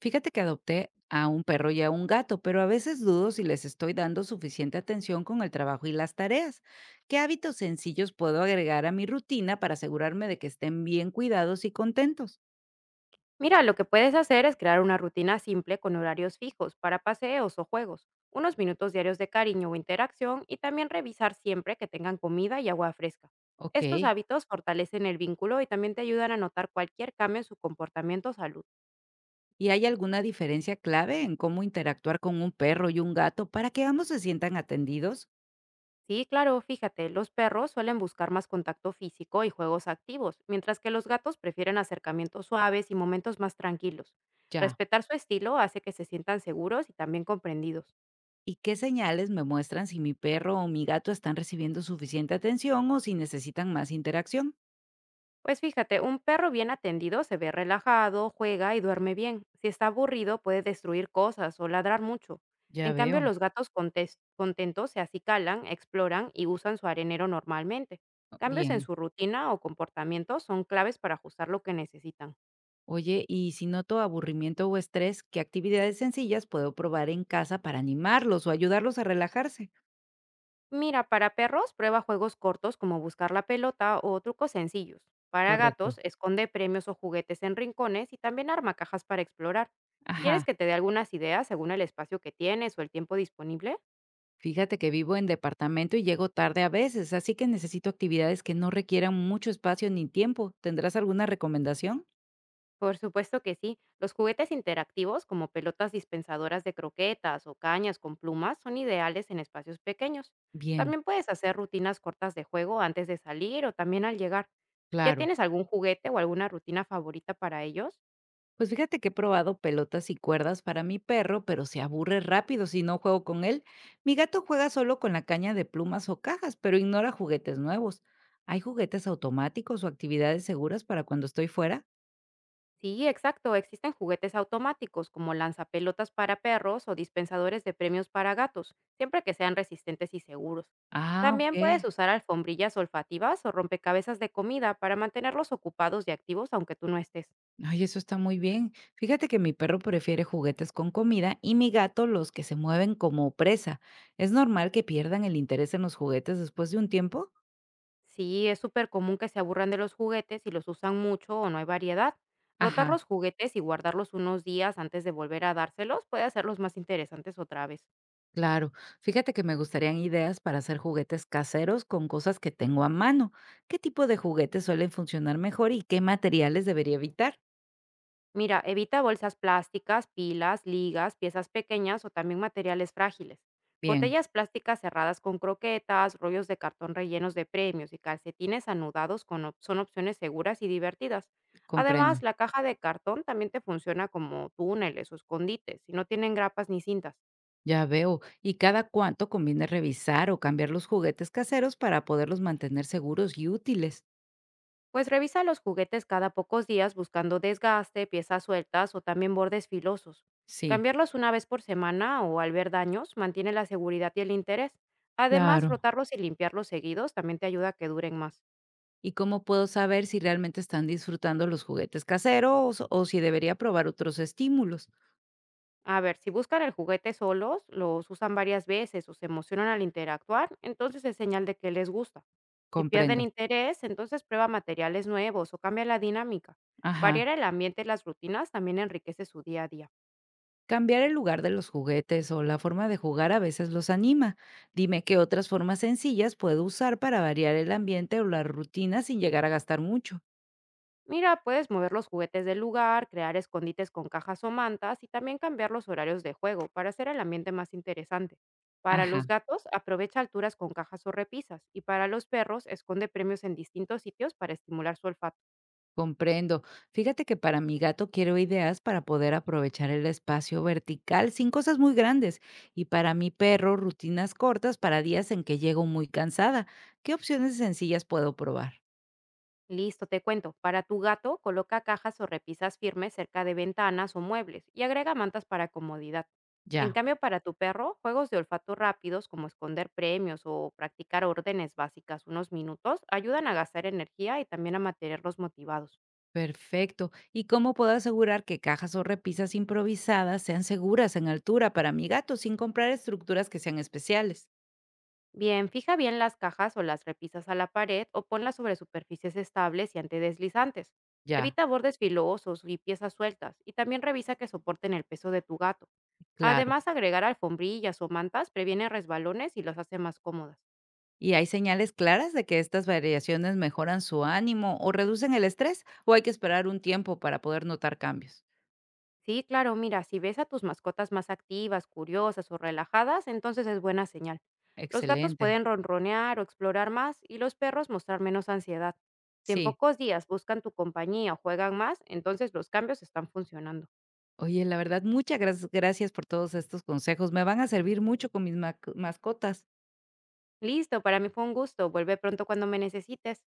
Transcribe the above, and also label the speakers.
Speaker 1: Fíjate que adopté a un perro y a un gato, pero a veces dudo si les estoy dando suficiente atención con el trabajo y las tareas. ¿Qué hábitos sencillos puedo agregar a mi rutina para asegurarme de que estén bien cuidados y contentos?
Speaker 2: Mira, lo que puedes hacer es crear una rutina simple con horarios fijos para paseos o juegos, unos minutos diarios de cariño o interacción y también revisar siempre que tengan comida y agua fresca.
Speaker 1: Ok.
Speaker 2: Estos hábitos fortalecen el vínculo y también te ayudan a notar cualquier cambio en su comportamiento o salud.
Speaker 1: ¿Y hay alguna diferencia clave en cómo interactuar con un perro y un gato para que ambos se sientan atendidos?
Speaker 2: Sí, claro, fíjate, los perros suelen buscar más contacto físico y juegos activos, mientras que los gatos prefieren acercamientos suaves y momentos más tranquilos.
Speaker 1: Ya.
Speaker 2: Respetar su estilo hace que se sientan seguros y también comprendidos.
Speaker 1: ¿Y qué señales me muestran si mi perro o mi gato están recibiendo suficiente atención o si necesitan más interacción?
Speaker 2: Pues fíjate, un perro bien atendido se ve relajado, juega y duerme bien. Si está aburrido puede destruir cosas o ladrar mucho.
Speaker 1: Ya
Speaker 2: En cambio,
Speaker 1: veo.
Speaker 2: los gatos contentos se acicalan, exploran y usan su arenero normalmente. Cambios en
Speaker 1: Bien.
Speaker 2: su rutina o comportamiento son claves para ajustar lo que necesitan.
Speaker 1: Oye, y si noto aburrimiento o estrés, ¿qué actividades sencillas puedo probar en casa para animarlos o ayudarlos a relajarse?
Speaker 2: Mira, para perros prueba juegos cortos como buscar la pelota o trucos sencillos. Para gatos,
Speaker 1: Correcto.
Speaker 2: esconde premios o juguetes en rincones y también arma cajas para explorar.
Speaker 1: Ajá,
Speaker 2: ¿Quieres que te dé algunas ideas según el espacio que tienes o el tiempo disponible?
Speaker 1: fíjate que vivo en departamento y llego tarde a veces, así que necesito actividades que no requieran mucho espacio ni tiempo. ¿Tendrás alguna recomendación?
Speaker 2: Por supuesto que sí. Los juguetes interactivos como pelotas dispensadoras de croquetas o cañas con plumas son ideales en espacios pequeños.
Speaker 1: Bien,
Speaker 2: También puedes hacer rutinas cortas de juego antes de salir o también al llegar. ¿Ya
Speaker 1: claro.
Speaker 2: tienes algún juguete o alguna rutina favorita para ellos?
Speaker 1: Pues fíjate que he probado pelotas y cuerdas para mi perro, pero se aburre rápido si no juego con él. Mi gato juega solo con la caña de plumas o cajas, pero ignora juguetes nuevos. ¿Hay juguetes automáticos o actividades seguras para cuando estoy fuera?
Speaker 2: Sí, exacto. Existen juguetes automáticos como lanzapelotas para perros o dispensadores de premios para gatos, siempre que sean resistentes y seguros.
Speaker 1: Ah,
Speaker 2: También
Speaker 1: ok.
Speaker 2: puedes usar alfombrillas olfativas o rompecabezas de comida para mantenerlos ocupados y activos aunque tú no estés.
Speaker 1: Ay, eso está muy bien. Fíjate que mi perro prefiere juguetes con comida y mi gato los que se mueven como presa. ¿Es normal que pierdan el interés en los juguetes después de un tiempo?
Speaker 2: Sí, es súper común que se aburran de los juguetes y los usan mucho o no hay variedad. Rotar
Speaker 1: Ajá.
Speaker 2: los juguetes y guardarlos unos días antes de volver a dárselos puede hacerlos más interesantes otra vez.
Speaker 1: Claro, fíjate que me gustarían ideas para hacer juguetes caseros con cosas que tengo a mano. ¿Qué tipo de juguetes suelen funcionar mejor y qué materiales debería evitar?
Speaker 2: Mira, evita bolsas plásticas, pilas, ligas, piezas pequeñas o también materiales frágiles.
Speaker 1: Bien,
Speaker 2: Botellas plásticas cerradas con croquetas, rollos de cartón rellenos de premios y calcetines anudados con son opciones seguras y divertidas.
Speaker 1: comprendo.
Speaker 2: Además, la caja de cartón también te funciona como túneles o escondites y no tienen grapas ni cintas.
Speaker 1: Ya veo. ¿Y cada cuánto conviene revisar o cambiar los juguetes caseros para poderlos mantener seguros y útiles?
Speaker 2: Pues revisa los juguetes cada pocos días buscando desgaste, piezas sueltas o también bordes filosos.
Speaker 1: Sí,
Speaker 2: Cambiarlos una vez por semana o al ver daños mantiene la seguridad y el interés. Además,
Speaker 1: claro.
Speaker 2: rotarlos y limpiarlos seguidos también te ayuda a que duren más.
Speaker 1: ¿Y cómo puedo saber si realmente están disfrutando los juguetes caseros o si debería probar otros estímulos?
Speaker 2: A ver, si buscan el juguete solos, los usan varias veces o se emocionan al interactuar, entonces es señal de que les gusta. Si pierden
Speaker 1: Comprendo.
Speaker 2: interés, entonces prueba materiales nuevos o cambia la dinámica. Variar
Speaker 1: Ajá.
Speaker 2: el ambiente y las rutinas también enriquece su día a día.
Speaker 1: Cambiar el lugar de los juguetes o la forma de jugar a veces los anima. Dime qué otras formas sencillas puedo usar para variar el ambiente o la rutina sin llegar a gastar mucho.
Speaker 2: Mira, puedes mover los juguetes del lugar, crear escondites con cajas o mantas y también cambiar los horarios de juego para hacer el ambiente más interesante. Para
Speaker 1: Ajá.
Speaker 2: los gatos, aprovecha alturas con cajas o repisas y para los perros, esconde premios en distintos sitios para estimular su olfato.
Speaker 1: Comprendo. Fíjate que para mi gato quiero ideas para poder aprovechar el espacio vertical sin cosas muy grandes y para mi perro rutinas cortas para días en que llego muy cansada. ¿Qué opciones sencillas puedo probar?
Speaker 2: Listo, te cuento. Para tu gato, coloca cajas o repisas firmes cerca de ventanas o muebles y agrega mantas para comodidad. En
Speaker 1: Ya.
Speaker 2: cambio, para tu perro, juegos de olfato rápidos como esconder premios o practicar órdenes básicas unos minutos ayudan a gastar energía y también a mantenerlos motivados.
Speaker 1: Perfecto. ¿Y cómo puedo asegurar que cajas o repisas improvisadas sean seguras en altura para mi gato sin comprar estructuras que sean especiales?
Speaker 2: Bien, fija bien las cajas o las repisas a la pared o ponlas sobre superficies estables y antideslizantes.
Speaker 1: Ya,
Speaker 2: Evita bordes filosos y piezas sueltas y también revisa que soporten el peso de tu gato.
Speaker 1: claro.
Speaker 2: Además, agregar alfombrillas o mantas previene resbalones y los hace más cómodas.
Speaker 1: ¿Y hay señales claras de que estas variaciones mejoran su ánimo o reducen el estrés? ¿O hay que esperar un tiempo para poder notar cambios?
Speaker 2: Sí, claro, mira, si ves a tus mascotas más activas, curiosas o relajadas, entonces es buena señal. Los gatos
Speaker 1: Excelente.
Speaker 2: pueden ronronear o explorar más y los perros mostrar menos ansiedad. Si en
Speaker 1: Sí.
Speaker 2: pocos días buscan tu compañía o juegan más, entonces los cambios están funcionando.
Speaker 1: Oye, la verdad, muchas gracias por todos estos consejos. Me van a servir mucho con mis mascotas.
Speaker 2: Listo, para mí fue un gusto. Vuelve pronto cuando me necesites.